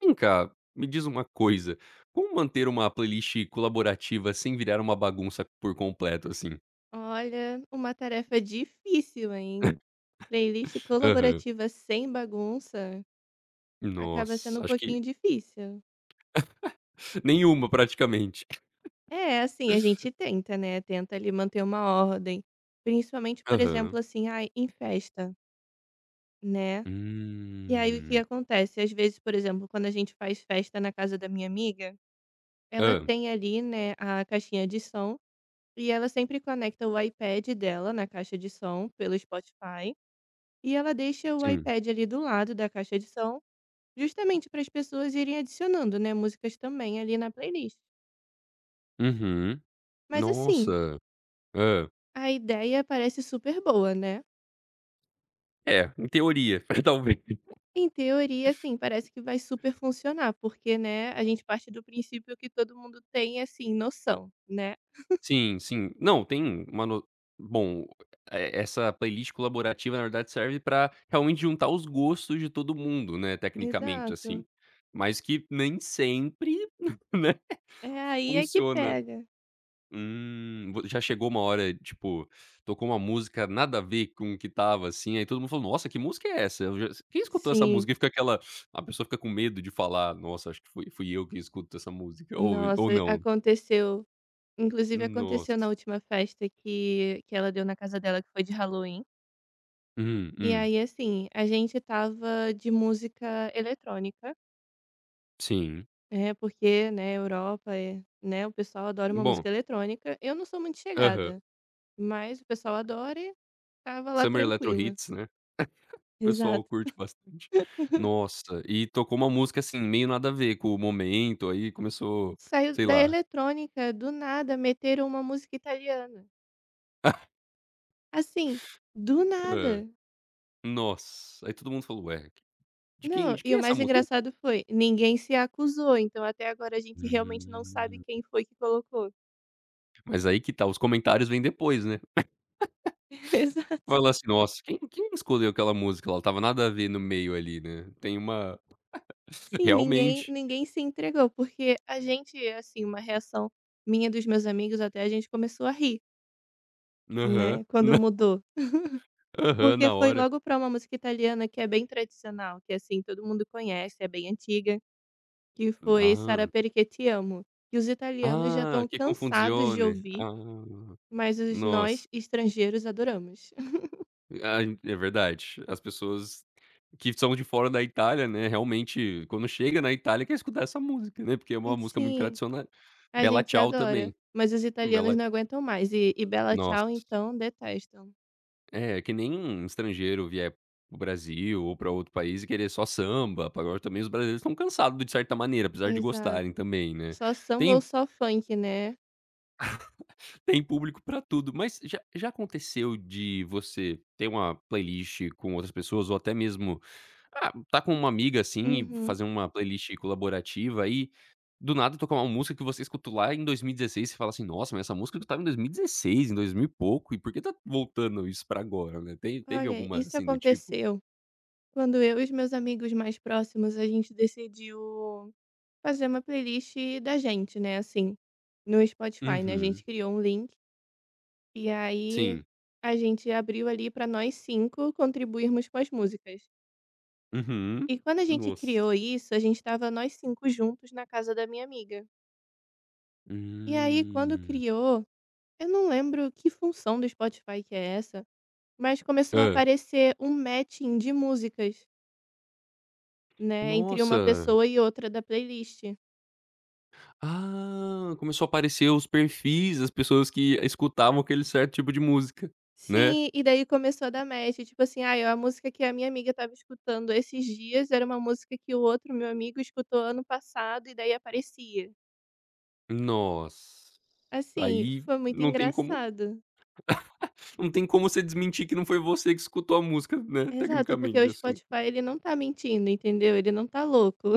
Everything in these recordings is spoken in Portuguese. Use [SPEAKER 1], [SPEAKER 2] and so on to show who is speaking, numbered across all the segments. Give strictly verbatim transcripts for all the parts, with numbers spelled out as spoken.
[SPEAKER 1] Vem cá, me diz uma coisa, como manter uma playlist colaborativa sem virar uma bagunça por completo, assim?
[SPEAKER 2] Olha, uma tarefa difícil, hein? Playlist
[SPEAKER 1] Aham.
[SPEAKER 2] colaborativa sem bagunça acaba sendo um
[SPEAKER 1] Nossa, acho
[SPEAKER 2] pouquinho
[SPEAKER 1] que
[SPEAKER 2] difícil.
[SPEAKER 1] nenhuma praticamente.
[SPEAKER 2] É, assim, a gente tenta, né? Tenta ali manter uma ordem. Principalmente, por exemplo,
[SPEAKER 1] Aham.
[SPEAKER 2] assim, ai, em festa, né? E aí o que
[SPEAKER 1] Hum.
[SPEAKER 2] acontece? Às vezes, por exemplo, quando a gente faz festa na casa da minha amiga, ela
[SPEAKER 1] Hã,
[SPEAKER 2] tem ali, né, a caixinha de som, e ela sempre conecta o iPad dela na caixa de som pelo Spotify. E ela deixa o
[SPEAKER 1] sim.
[SPEAKER 2] iPad ali do lado da caixa de som, justamente para as pessoas irem adicionando, né, músicas também ali na playlist.
[SPEAKER 1] Uhum.
[SPEAKER 2] Mas assim,
[SPEAKER 1] Nossa. Hã.
[SPEAKER 2] a ideia parece super boa, né?
[SPEAKER 1] É, em teoria, talvez.
[SPEAKER 2] Em teoria, assim, parece que vai super funcionar, porque, né, a gente parte do princípio que todo mundo tem, assim, noção, né?
[SPEAKER 1] Sim, sim. Não, tem uma no bom, eh, essa playlist colaborativa, na verdade, serve pra realmente juntar os gostos de todo mundo, né, tecnicamente,
[SPEAKER 2] Exato.
[SPEAKER 1] assim. Mas que nem sempre, né,
[SPEAKER 2] É aí é que
[SPEAKER 1] funciona.
[SPEAKER 2] pega.
[SPEAKER 1] Hum, vo já chegou uma hora, tipo, tocou uma música nada a ver com o que tava assim, aí todo mundo falou: "Nossa, que música é essa?" Eu já: "Quem escutou essa
[SPEAKER 2] Sim,
[SPEAKER 1] música?" E fica aquela... A pessoa fica com medo de falar: "Nossa, acho que fui fui eu que escuto essa música", ou ou
[SPEAKER 2] nossa,
[SPEAKER 1] não.
[SPEAKER 2] aconteceu. Inclusive aconteceu na
[SPEAKER 1] Nossa.
[SPEAKER 2] última festa que, que ela deu na casa dela, que foi de Halloween.
[SPEAKER 1] Hum,
[SPEAKER 2] E
[SPEAKER 1] hum.
[SPEAKER 2] aí, assim, a gente tava de música eletrônica.
[SPEAKER 1] Sim.
[SPEAKER 2] É, porque, né, Europa, eh, né, o pessoal adora uma
[SPEAKER 1] Bom,
[SPEAKER 2] música eletrônica. Eu não sou muito
[SPEAKER 1] aham.
[SPEAKER 2] chegada, mas o pessoal adora e estava lá
[SPEAKER 1] Summer Electro
[SPEAKER 2] tranquila.
[SPEAKER 1] Hits, né, o pessoal
[SPEAKER 2] Exato.
[SPEAKER 1] curte bastante. Nossa, e tocou uma música, assim, meio nada a ver com o momento, aí começou,
[SPEAKER 2] Saiu
[SPEAKER 1] sei
[SPEAKER 2] da
[SPEAKER 1] lá,
[SPEAKER 2] eletrônica, do nada meteram uma música italiana. Assim, do
[SPEAKER 1] hã.
[SPEAKER 2] nada.
[SPEAKER 1] Nossa, aí todo mundo falou: "Ué, de quem
[SPEAKER 2] Não,
[SPEAKER 1] de
[SPEAKER 2] e
[SPEAKER 1] quem
[SPEAKER 2] o
[SPEAKER 1] é essa
[SPEAKER 2] mais
[SPEAKER 1] música? Quem..."
[SPEAKER 2] engraçado foi, ninguém se acusou, então até agora a gente realmente não sabe
[SPEAKER 1] Hum,
[SPEAKER 2] quem foi que colocou.
[SPEAKER 1] mas aí que tá, os comentários vêm depois, né.
[SPEAKER 2] Exato.
[SPEAKER 1] Fala assim: "Nossa, quem quem escolheu aquela música lá? Tava nada a ver no meio ali, né". Tem uma,
[SPEAKER 2] Sim, ninguém
[SPEAKER 1] realmente.
[SPEAKER 2] ninguém se entregou, porque a gente, assim, uma reação minha e dos meus amigos até, a gente começou a rir.
[SPEAKER 1] Aham.
[SPEAKER 2] Né, quando
[SPEAKER 1] Não,
[SPEAKER 2] mudou.
[SPEAKER 1] aham,
[SPEAKER 2] Porque
[SPEAKER 1] na
[SPEAKER 2] foi
[SPEAKER 1] hora.
[SPEAKER 2] logo pra uma música italiana que é bem tradicional, que, assim, todo mundo conhece, é bem antiga, que foi Sarà
[SPEAKER 1] Ah,
[SPEAKER 2] Perché Ti Amo, que os italianos já
[SPEAKER 1] ah,
[SPEAKER 2] estão
[SPEAKER 1] que
[SPEAKER 2] cansados de
[SPEAKER 1] confusione.
[SPEAKER 2] ouvir,
[SPEAKER 1] Ah.
[SPEAKER 2] mas os nós
[SPEAKER 1] Nossa,
[SPEAKER 2] estrangeiros adoramos.
[SPEAKER 1] ah, é verdade. As pessoas que são de fora da Itália, né, realmente quando chega na Itália quer escutar essa música, né, porque é uma música muito
[SPEAKER 2] Sim,
[SPEAKER 1] tradicional.
[SPEAKER 2] a
[SPEAKER 1] Bella
[SPEAKER 2] gente
[SPEAKER 1] Ciao
[SPEAKER 2] adora,
[SPEAKER 1] também,
[SPEAKER 2] mas os italianos
[SPEAKER 1] Bella
[SPEAKER 2] não aguentam mais e e Bella Ciao,
[SPEAKER 1] nossa,
[SPEAKER 2] então, detestam.
[SPEAKER 1] é que nem um estrangeiro vier para o Brasil ou para outro país e querer só samba, pagode. Também os brasileiros estão cansados de certa maneira, apesar de
[SPEAKER 2] Exato.
[SPEAKER 1] gostarem também, né.
[SPEAKER 2] Só samba ou
[SPEAKER 1] Tem
[SPEAKER 2] só funk, né.
[SPEAKER 1] Tem público pra tudo, mas já já aconteceu de você ter uma playlist com outras pessoas ou até mesmo, ah, tá com uma amiga, assim, e
[SPEAKER 2] Uhum.
[SPEAKER 1] fazer uma playlist colaborativa e do nada tocar uma música que você escutou lá em dois mil e dezesseis, você fala assim: "Nossa, mas essa música já estava em dois mil e dezesseis, em dois mil e pouco, e por que tá voltando isso pra agora, né?" Te Teve
[SPEAKER 2] Olha,
[SPEAKER 1] alguma
[SPEAKER 2] isso
[SPEAKER 1] assim do tipo?
[SPEAKER 2] aconteceu quando eu e os meus amigos mais próximos, a gente decidiu fazer uma playlist da gente, né, assim, no Spotify, né, a gente
[SPEAKER 1] Uhum.
[SPEAKER 2] criou um link, e aí
[SPEAKER 1] Sim.
[SPEAKER 2] a gente abriu ali para nós cinco contribuirmos com as músicas.
[SPEAKER 1] Uhum.
[SPEAKER 2] E quando a gente
[SPEAKER 1] Nossa.
[SPEAKER 2] criou isso, a gente estava nós cinco juntos na casa da minha amiga. E aí quando
[SPEAKER 1] Hum.
[SPEAKER 2] criou, eu não lembro que função do Spotify que é essa, mas começou a
[SPEAKER 1] Hã.
[SPEAKER 2] aparecer um matching de músicas, né, entre uma
[SPEAKER 1] Nossa!
[SPEAKER 2] pessoa e outra da playlist.
[SPEAKER 1] Ah, começou a aparecer os perfis das pessoas que escutavam aquele certo tipo de música, né.
[SPEAKER 2] Sim, e daí começou a dar match, tipo assim, ai, a música que a minha amiga estava escutando esses dias era uma música que o outro meu amigo escutou ano passado e daí aparecia.
[SPEAKER 1] Nossa,
[SPEAKER 2] Assim,
[SPEAKER 1] aí
[SPEAKER 2] foi muito
[SPEAKER 1] não tem como
[SPEAKER 2] engraçado.
[SPEAKER 1] não tem como você desmentir que não foi você que escutou a música, né,
[SPEAKER 2] Exato, porque o
[SPEAKER 1] tecnicamente, assim.
[SPEAKER 2] Spotify ele não tá mentindo, entendeu? Ele não tá louco.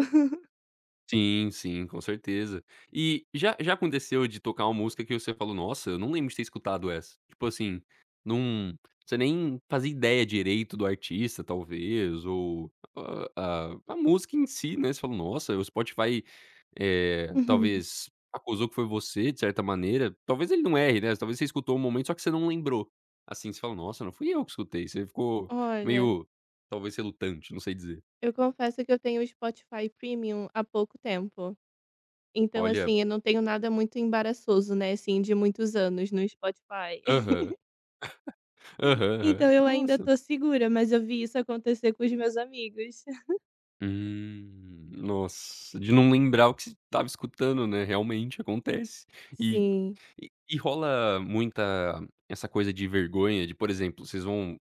[SPEAKER 1] Sim, sim, com certeza. E já já aconteceu de tocar uma música que você falou: "Nossa, eu não lembro de ter escutado essa", tipo assim, não, você nem fazia ideia direito do artista talvez, ou a a a música em si, né. Você falou: "Nossa, o Spotify..." Eh, talvez acusou que foi você, de certa maneira. Talvez ele não erre, né, talvez você escutou um momento, só que você não lembrou. Assim, você fala: "Nossa, não fui eu que escutei". Você ficou
[SPEAKER 2] Olha,
[SPEAKER 1] meio, talvez, relutante, não sei dizer.
[SPEAKER 2] eu confesso que eu tenho o Spotify Premium há pouco tempo. Então,
[SPEAKER 1] Olha,
[SPEAKER 2] assim, eu não tenho nada muito embaraçoso, né, assim, de muitos anos no Spotify.
[SPEAKER 1] aham, aham, aham.
[SPEAKER 2] Então eu ainda
[SPEAKER 1] Nossa.
[SPEAKER 2] tô segura, mas eu vi isso acontecer com os meus amigos.
[SPEAKER 1] Hum, nossa, de não lembrar o que você estava escutando, né, realmente acontece. E
[SPEAKER 2] Sim.
[SPEAKER 1] E e rola muita essa coisa de vergonha de, por exemplo, vocês vão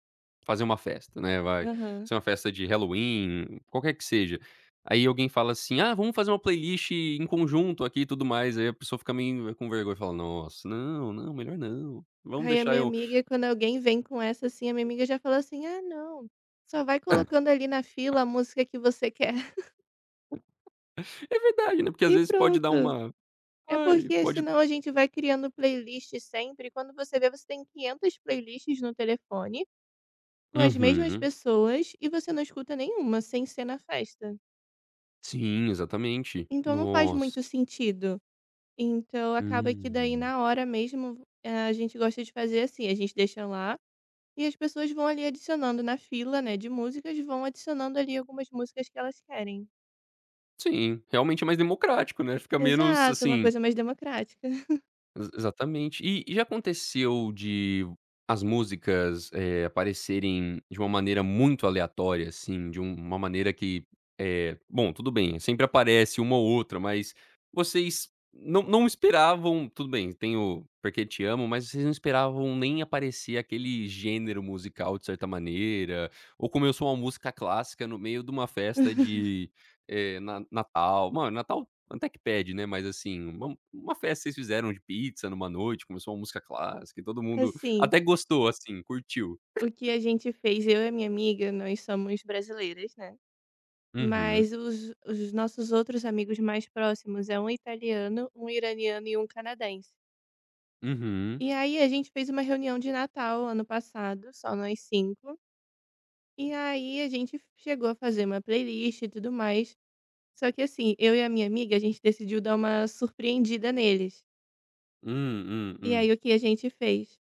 [SPEAKER 1] fazer uma festa, né, vai
[SPEAKER 2] Aham.
[SPEAKER 1] ser uma festa de Halloween, qualquer que seja. Aí alguém fala assim: "Ah, vamos fazer uma playlist em conjunto aqui e tudo mais", aí a pessoa fica meio com vergonha e fala: "Nossa, não, não, melhor não, vamos
[SPEAKER 2] Aí a
[SPEAKER 1] deixar
[SPEAKER 2] minha
[SPEAKER 1] eu..."
[SPEAKER 2] amiga, quando alguém vem com essa, assim, a minha amiga já fala assim: "Ah, não, só vai colocando ali na fila a música que você quer
[SPEAKER 1] É verdade, né, porque às
[SPEAKER 2] e
[SPEAKER 1] vezes pode dar
[SPEAKER 2] pronto".
[SPEAKER 1] uma,
[SPEAKER 2] É
[SPEAKER 1] ai,
[SPEAKER 2] porque
[SPEAKER 1] pode...
[SPEAKER 2] senão a gente vai criando playlist sempre, quando você vê, você tem quinhentas playlists no telefone com as mesmas
[SPEAKER 1] Uhum.
[SPEAKER 2] pessoas e você não escuta nenhuma, sem ser na festa.
[SPEAKER 1] Sim, exatamente.
[SPEAKER 2] Então não faz muito
[SPEAKER 1] Nossa.
[SPEAKER 2] sentido. Então acaba que daí
[SPEAKER 1] Uhum.
[SPEAKER 2] na hora mesmo, eh, a gente gosta de fazer assim, a gente deixa lá e as pessoas vão ali adicionando na fila, né, de músicas, vão adicionando ali algumas músicas que elas querem.
[SPEAKER 1] Sim, realmente é mais democrático, né, fica menos,
[SPEAKER 2] Exato, uma
[SPEAKER 1] assim.
[SPEAKER 2] coisa mais democrática.
[SPEAKER 1] Ex Exatamente. E e já aconteceu de as músicas, eh, aparecerem de uma maneira muito aleatória, assim, de um- uma maneira que, eh, bom, tudo bem, sempre aparece uma ou outra, mas vocês não não esperavam, tudo bem, tem o Porque Te Amo, mas vocês não esperavam nem aparecer aquele gênero musical de certa maneira, ou começou uma música clássica no meio de uma festa de, eh, na Natal. Mano, Natal até que pede, né, mas assim, uma uma festa vocês fizeram de pizza numa noite, começou uma música clássica e todo mundo
[SPEAKER 2] Assim,
[SPEAKER 1] até gostou, assim, curtiu.
[SPEAKER 2] o que a gente fez, eu e a minha amiga, nós somos brasileiras, né,
[SPEAKER 1] Uhum,
[SPEAKER 2] mas os os nossos outros amigos mais próximos é um italiano, um iraniano e um canadense.
[SPEAKER 1] uhum.
[SPEAKER 2] E aí a gente fez uma reunião de Natal ano passado, só nós cinco. E aí a gente chegou a fazer uma playlist e tudo mais. Só que assim, eu e a minha amiga, a gente decidiu dar uma surpreendida neles.
[SPEAKER 1] Hum, hum,
[SPEAKER 2] E aí
[SPEAKER 1] hum.
[SPEAKER 2] o que a gente fez?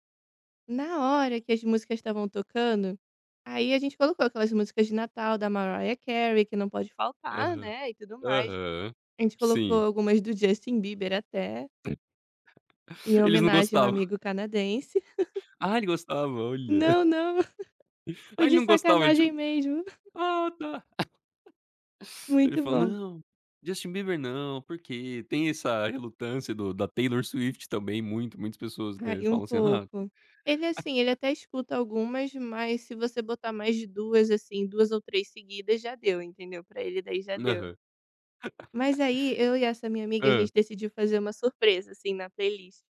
[SPEAKER 2] Na hora que as músicas estavam tocando, aí a gente colocou aquelas músicas de Natal da Mariah Carey, que não pode faltar,
[SPEAKER 1] Aham,
[SPEAKER 2] né? E tudo mais.
[SPEAKER 1] aham.
[SPEAKER 2] A gente colocou
[SPEAKER 1] Sim.
[SPEAKER 2] algumas do Justin Bieber até, em
[SPEAKER 1] Eles não
[SPEAKER 2] homenagem a um
[SPEAKER 1] gostavam.
[SPEAKER 2] amigo canadense.
[SPEAKER 1] Ah, ele gostava, olha.
[SPEAKER 2] Não, não, foi
[SPEAKER 1] Ah, ele
[SPEAKER 2] de
[SPEAKER 1] não gostava, ele tipo:
[SPEAKER 2] sacanagem mesmo.
[SPEAKER 1] "Ah, tá". Ele
[SPEAKER 2] Muito
[SPEAKER 1] falou:
[SPEAKER 2] bom.
[SPEAKER 1] "Não, Justin Bieber não, porque..." Tem essa relutância do da Taylor Swift também, muito muitas pessoas,
[SPEAKER 2] Ai,
[SPEAKER 1] né,
[SPEAKER 2] um
[SPEAKER 1] falam assim: "Ah..."
[SPEAKER 2] pouco. Ele assim, ele até escuta algumas, mas se você botar mais de duas assim, duas ou três seguidas já deu, entendeu, pra ele daí já deu.
[SPEAKER 1] Aham.
[SPEAKER 2] Mas aí eu e essa minha amiga, a
[SPEAKER 1] Hã.
[SPEAKER 2] gente decidiu fazer uma surpresa, assim, na playlist.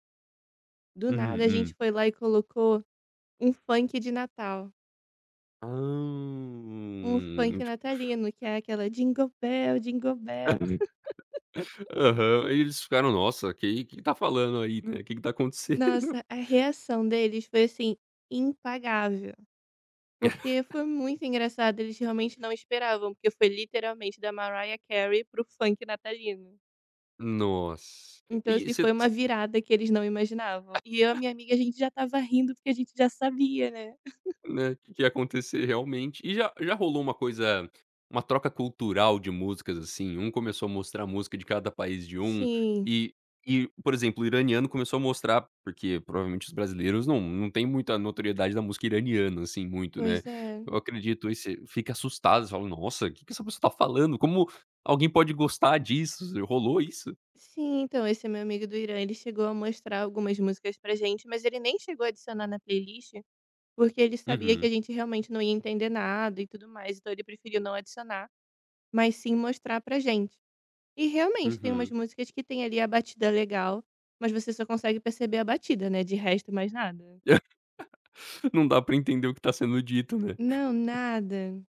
[SPEAKER 2] Do
[SPEAKER 1] Hum,
[SPEAKER 2] nada a gente
[SPEAKER 1] hum.
[SPEAKER 2] foi lá e colocou um funk de Natal, um funk
[SPEAKER 1] Hã. Tipo...
[SPEAKER 2] natalino, que é aquela Jingle Bell, Jingle Bell.
[SPEAKER 1] aham. E eles ficaram: "Nossa, que que tá falando aí, né, que que tá acontecendo?"
[SPEAKER 2] Nossa, a reação deles foi, assim, impagável. Porque foi muito engraçado, eles realmente não esperavam, porque foi literalmente da Mariah Carey para o funk natalino.
[SPEAKER 1] Nossa.
[SPEAKER 2] Então,
[SPEAKER 1] E
[SPEAKER 2] assim,
[SPEAKER 1] você...
[SPEAKER 2] foi uma virada que eles não imaginavam. E eu e a minha amiga, a gente já estava rindo, porque a gente já sabia, né.
[SPEAKER 1] Né, que que ia acontecer realmente. E já já rolou uma coisa, uma troca cultural de músicas, assim, um começou a mostrar música de cada país de um,
[SPEAKER 2] Sim,
[SPEAKER 1] e e, por exemplo, o iraniano começou a mostrar porque provavelmente os brasileiros não não tem muita notoriedade da música iraniana, assim, muito, né.
[SPEAKER 2] pois é.
[SPEAKER 1] Eu acredito, aí você fica assustado, você fala: "Nossa, o que que essa pessoa tá falando? Como alguém pode gostar disso?" Rolou isso?
[SPEAKER 2] Sim, então, esse é meu amigo do Irã, ele chegou a mostrar algumas músicas pra gente, mas ele nem chegou a adicionar na playlist, porque ele sabia que
[SPEAKER 1] Uhum,
[SPEAKER 2] a gente realmente não ia entender nada e tudo mais, então ele preferiu não adicionar, mas sim mostrar pra gente. E realmente tem umas
[SPEAKER 1] uhum.
[SPEAKER 2] músicas que tem ali a batida legal, mas você só consegue perceber a batida, né, de resto mais nada.
[SPEAKER 1] Não dá pra entender o que tá sendo dito, né.
[SPEAKER 2] Não, nada.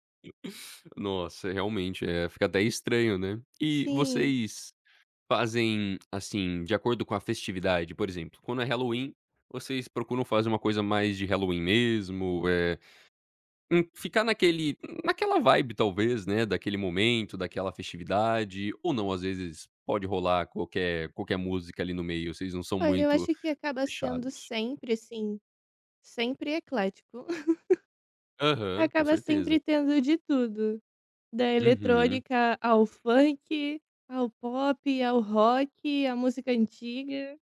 [SPEAKER 1] Nossa, realmente, é, fica até estranho, né. E
[SPEAKER 2] Sim.
[SPEAKER 1] vocês fazem, assim, de acordo com a festividade? Por exemplo, quando é Halloween, vocês procuram fazer uma coisa mais de Halloween mesmo, é, hum, ficar naquele, naquela vibe talvez, né, daquele momento, daquela festividade, ou não, às vezes pode rolar qualquer qualquer música ali no meio, vocês não são
[SPEAKER 2] Olha, eu
[SPEAKER 1] muito
[SPEAKER 2] acho que acaba sendo
[SPEAKER 1] fechados?
[SPEAKER 2] sempre, assim, sempre eclético.
[SPEAKER 1] Aham, com
[SPEAKER 2] Acaba sempre
[SPEAKER 1] certeza.
[SPEAKER 2] tendo de tudo, da
[SPEAKER 1] Uhum.
[SPEAKER 2] eletrônica ao funk, ao pop, ao rock, à música antiga,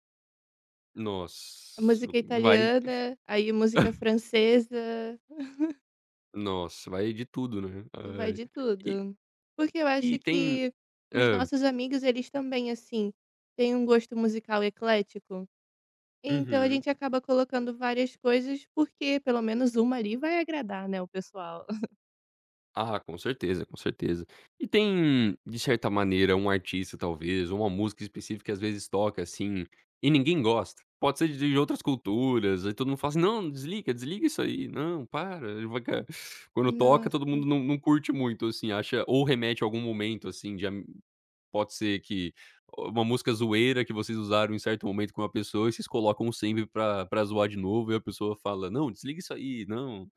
[SPEAKER 2] à
[SPEAKER 1] Nossa,
[SPEAKER 2] música
[SPEAKER 1] vai...
[SPEAKER 2] italiana, aí música francesa.
[SPEAKER 1] nossa, vai de tudo, né.
[SPEAKER 2] Vai
[SPEAKER 1] Ai.
[SPEAKER 2] de tudo. Porque eu acho
[SPEAKER 1] E tem,
[SPEAKER 2] que os
[SPEAKER 1] hã.
[SPEAKER 2] nossos amigos, eles também, assim, têm um gosto musical eclético. Então a
[SPEAKER 1] Uhum.
[SPEAKER 2] gente acaba colocando várias coisas, porque pelo menos uma ali vai agradar, né, o pessoal.
[SPEAKER 1] Ah, com certeza, com certeza. E tem, de certa maneira, um artista talvez, ou uma música específica que às vezes toca, assim, e ninguém gosta? Pode ser de de outras culturas, aí todo mundo fala assim: "Não, desliga, desliga isso aí. Não, para". Ele vai ca quando toca todo
[SPEAKER 2] Nossa.
[SPEAKER 1] mundo não não curte muito, assim, acha ou remete a algum momento, assim, de am pode ser que uma música zoeira que vocês usaram em certo momento com uma pessoa e vocês colocam sempre pra pra zoar de novo e a pessoa fala: "Não, desliga isso aí, não".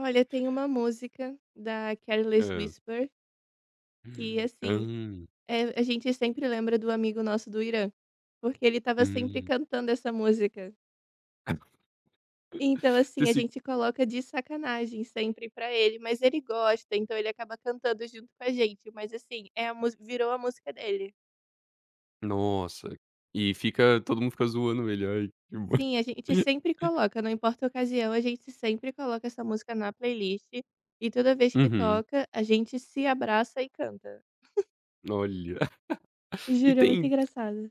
[SPEAKER 2] Olha, tem uma música da Careless
[SPEAKER 1] Hã.
[SPEAKER 2] Whisper que,
[SPEAKER 1] Hã,
[SPEAKER 2] assim, é, a gente sempre lembra do amigo nosso do Irã, porque ele estava sempre
[SPEAKER 1] hum.
[SPEAKER 2] cantando essa música. Então, assim, a
[SPEAKER 1] Desse,
[SPEAKER 2] gente coloca de sacanagem sempre pra ele, mas ele gosta, então ele acaba cantando junto com a gente, mas assim, é a mus virou a música dele.
[SPEAKER 1] nossa, e fica todo mundo fica zoando ele, ai, que bo
[SPEAKER 2] Sim, a gente sempre coloca, não importa a ocasião, a gente sempre coloca essa música na playlist e toda vez que
[SPEAKER 1] uhum,
[SPEAKER 2] toca, a gente se abraça e canta.
[SPEAKER 1] olha. E
[SPEAKER 2] Juro, é muito
[SPEAKER 1] tem
[SPEAKER 2] engraçado.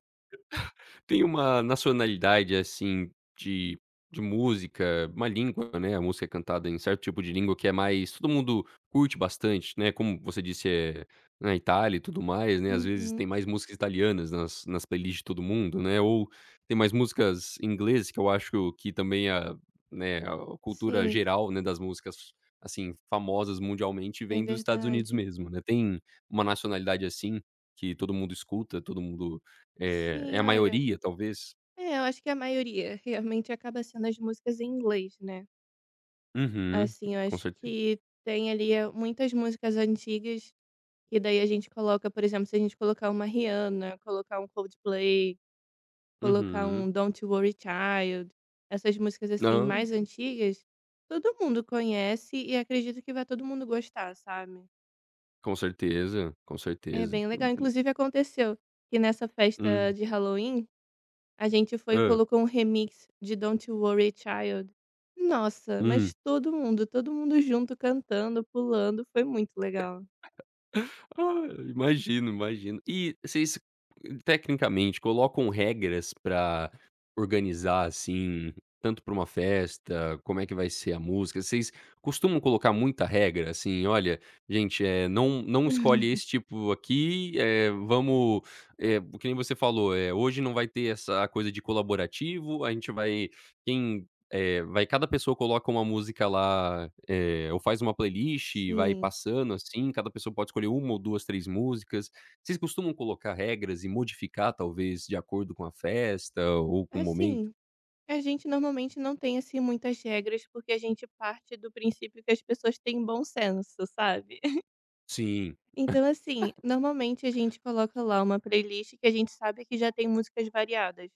[SPEAKER 1] Tem uma nacionalidade, assim, de de música, uma língua, né, a música é cantada em certo tipo de língua que é mais todo mundo curte bastante, né, como você disse, é, na Itália e tudo mais, né, às vezes
[SPEAKER 2] Uhum.
[SPEAKER 1] tem mais músicas italianas nas nas playlists de todo mundo, né, ou tem mais músicas em inglês, que eu acho que também a... Né, a cultura
[SPEAKER 2] Sim,
[SPEAKER 1] geral, né, das músicas, assim, famosas mundialmente
[SPEAKER 2] é
[SPEAKER 1] vem dos Estados Unidos
[SPEAKER 2] verdade.
[SPEAKER 1] mesmo, né. Tem uma nacionalidade assim, que todo mundo escuta, todo mundo, é, é
[SPEAKER 2] Sim,
[SPEAKER 1] a
[SPEAKER 2] olha,
[SPEAKER 1] maioria, talvez.
[SPEAKER 2] é, eu acho que a maioria realmente acaba sendo as músicas em inglês, né.
[SPEAKER 1] Uhum,
[SPEAKER 2] Assim, eu
[SPEAKER 1] com
[SPEAKER 2] acho
[SPEAKER 1] certeza.
[SPEAKER 2] que tem ali eh, muitas músicas antigas que daí a gente coloca, por exemplo, se a gente colocar uma Rihanna, colocar um Coldplay, colocar
[SPEAKER 1] Uhum.
[SPEAKER 2] um Don't Worry Child, essas músicas assim
[SPEAKER 1] Não,
[SPEAKER 2] mais antigas, todo mundo conhece e acredito que vai todo mundo gostar, sabe?
[SPEAKER 1] com certeza, com
[SPEAKER 2] É
[SPEAKER 1] certeza.
[SPEAKER 2] bem legal.
[SPEAKER 1] Hum,
[SPEAKER 2] Inclusive aconteceu que nessa festa
[SPEAKER 1] hum,
[SPEAKER 2] de Halloween a gente foi e
[SPEAKER 1] hã.
[SPEAKER 2] colocou um remix de Don't You Worry Child. Nossa,
[SPEAKER 1] Hum.
[SPEAKER 2] mas todo mundo, todo mundo junto cantando, pulando, foi muito legal.
[SPEAKER 1] Ah, imagino, imagino. E vocês, tecnicamente, colocam regras pra organizar, assim, tanto pra uma festa, como é que vai ser a música? Vocês costumam colocar muita regra, assim: "Olha, gente, é, não não escolhe esse tipo aqui, eh, vamos..." eh, Que nem você falou, eh, "Hoje não vai ter essa coisa de colaborativo, a gente vai... Quem é, vai... Cada pessoa coloca uma música lá, eh, ou faz uma playlist e vai
[SPEAKER 2] Sim.
[SPEAKER 1] passando, assim, cada pessoa pode escolher uma ou duas, três músicas. Vocês costumam colocar regras e modificar talvez de acordo com a festa ou com o momento?"
[SPEAKER 2] Assim, a gente normalmente não tem assim muitas regras porque a gente parte do princípio que as pessoas têm bom senso, sabe?
[SPEAKER 1] Sim.
[SPEAKER 2] Então assim, normalmente a gente coloca lá uma playlist que a gente sabe que já tem músicas variadas.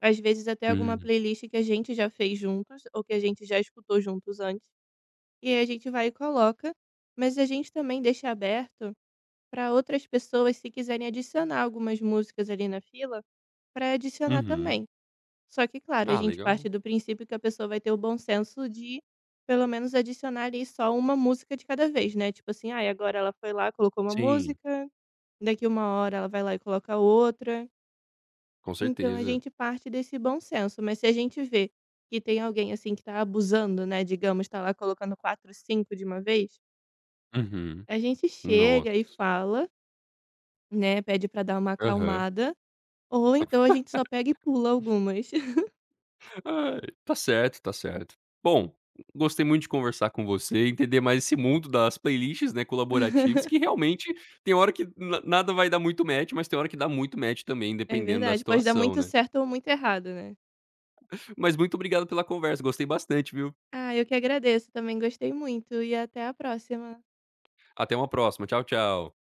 [SPEAKER 2] Às vezes até alguma
[SPEAKER 1] Hum.
[SPEAKER 2] playlist que a gente já fez juntos ou que a gente já escutou juntos antes. E aí a gente vai e coloca, mas a gente também deixa aberto para outras pessoas se quiserem adicionar algumas músicas ali na fila, para adicionar
[SPEAKER 1] Uhum.
[SPEAKER 2] também. Só que claro, a
[SPEAKER 1] Ah,
[SPEAKER 2] gente parte
[SPEAKER 1] legal.
[SPEAKER 2] do princípio que a pessoa vai ter o bom senso de pelo menos adicionar ali só uma música de cada vez, né, tipo assim: "Ai, agora ela foi lá, colocou uma
[SPEAKER 1] Sim,
[SPEAKER 2] música, daqui uma hora ela vai lá e coloca outra".
[SPEAKER 1] com
[SPEAKER 2] Então a
[SPEAKER 1] certeza.
[SPEAKER 2] gente parte desse bom senso, mas se a gente vê que tem alguém, assim, que está abusando, né, digamos, está lá colocando quatro, cinco de uma vez.
[SPEAKER 1] Uhum.
[SPEAKER 2] A gente
[SPEAKER 1] Nossa.
[SPEAKER 2] chega e fala, né, pede pra dar uma
[SPEAKER 1] Aham.
[SPEAKER 2] acalmada, ou então a gente só pega e pula algumas.
[SPEAKER 1] Ai, tá certo, tá certo. Bom, gostei muito de conversar com você, entender mais esse mundo das playlists, né, colaborativas, que realmente tem hora que na... nada vai dar muito match, mas tem hora que dá muito match também,
[SPEAKER 2] É
[SPEAKER 1] dependendo da
[SPEAKER 2] verdade, pode dar
[SPEAKER 1] situação,
[SPEAKER 2] muito
[SPEAKER 1] né.
[SPEAKER 2] certo ou muito errado, né.
[SPEAKER 1] Mas muito obrigado pela conversa, gostei bastante, viu.
[SPEAKER 2] Ah, eu que agradeço, também gostei muito e até a próxima.
[SPEAKER 1] Até uma próxima. Tchau, tchau.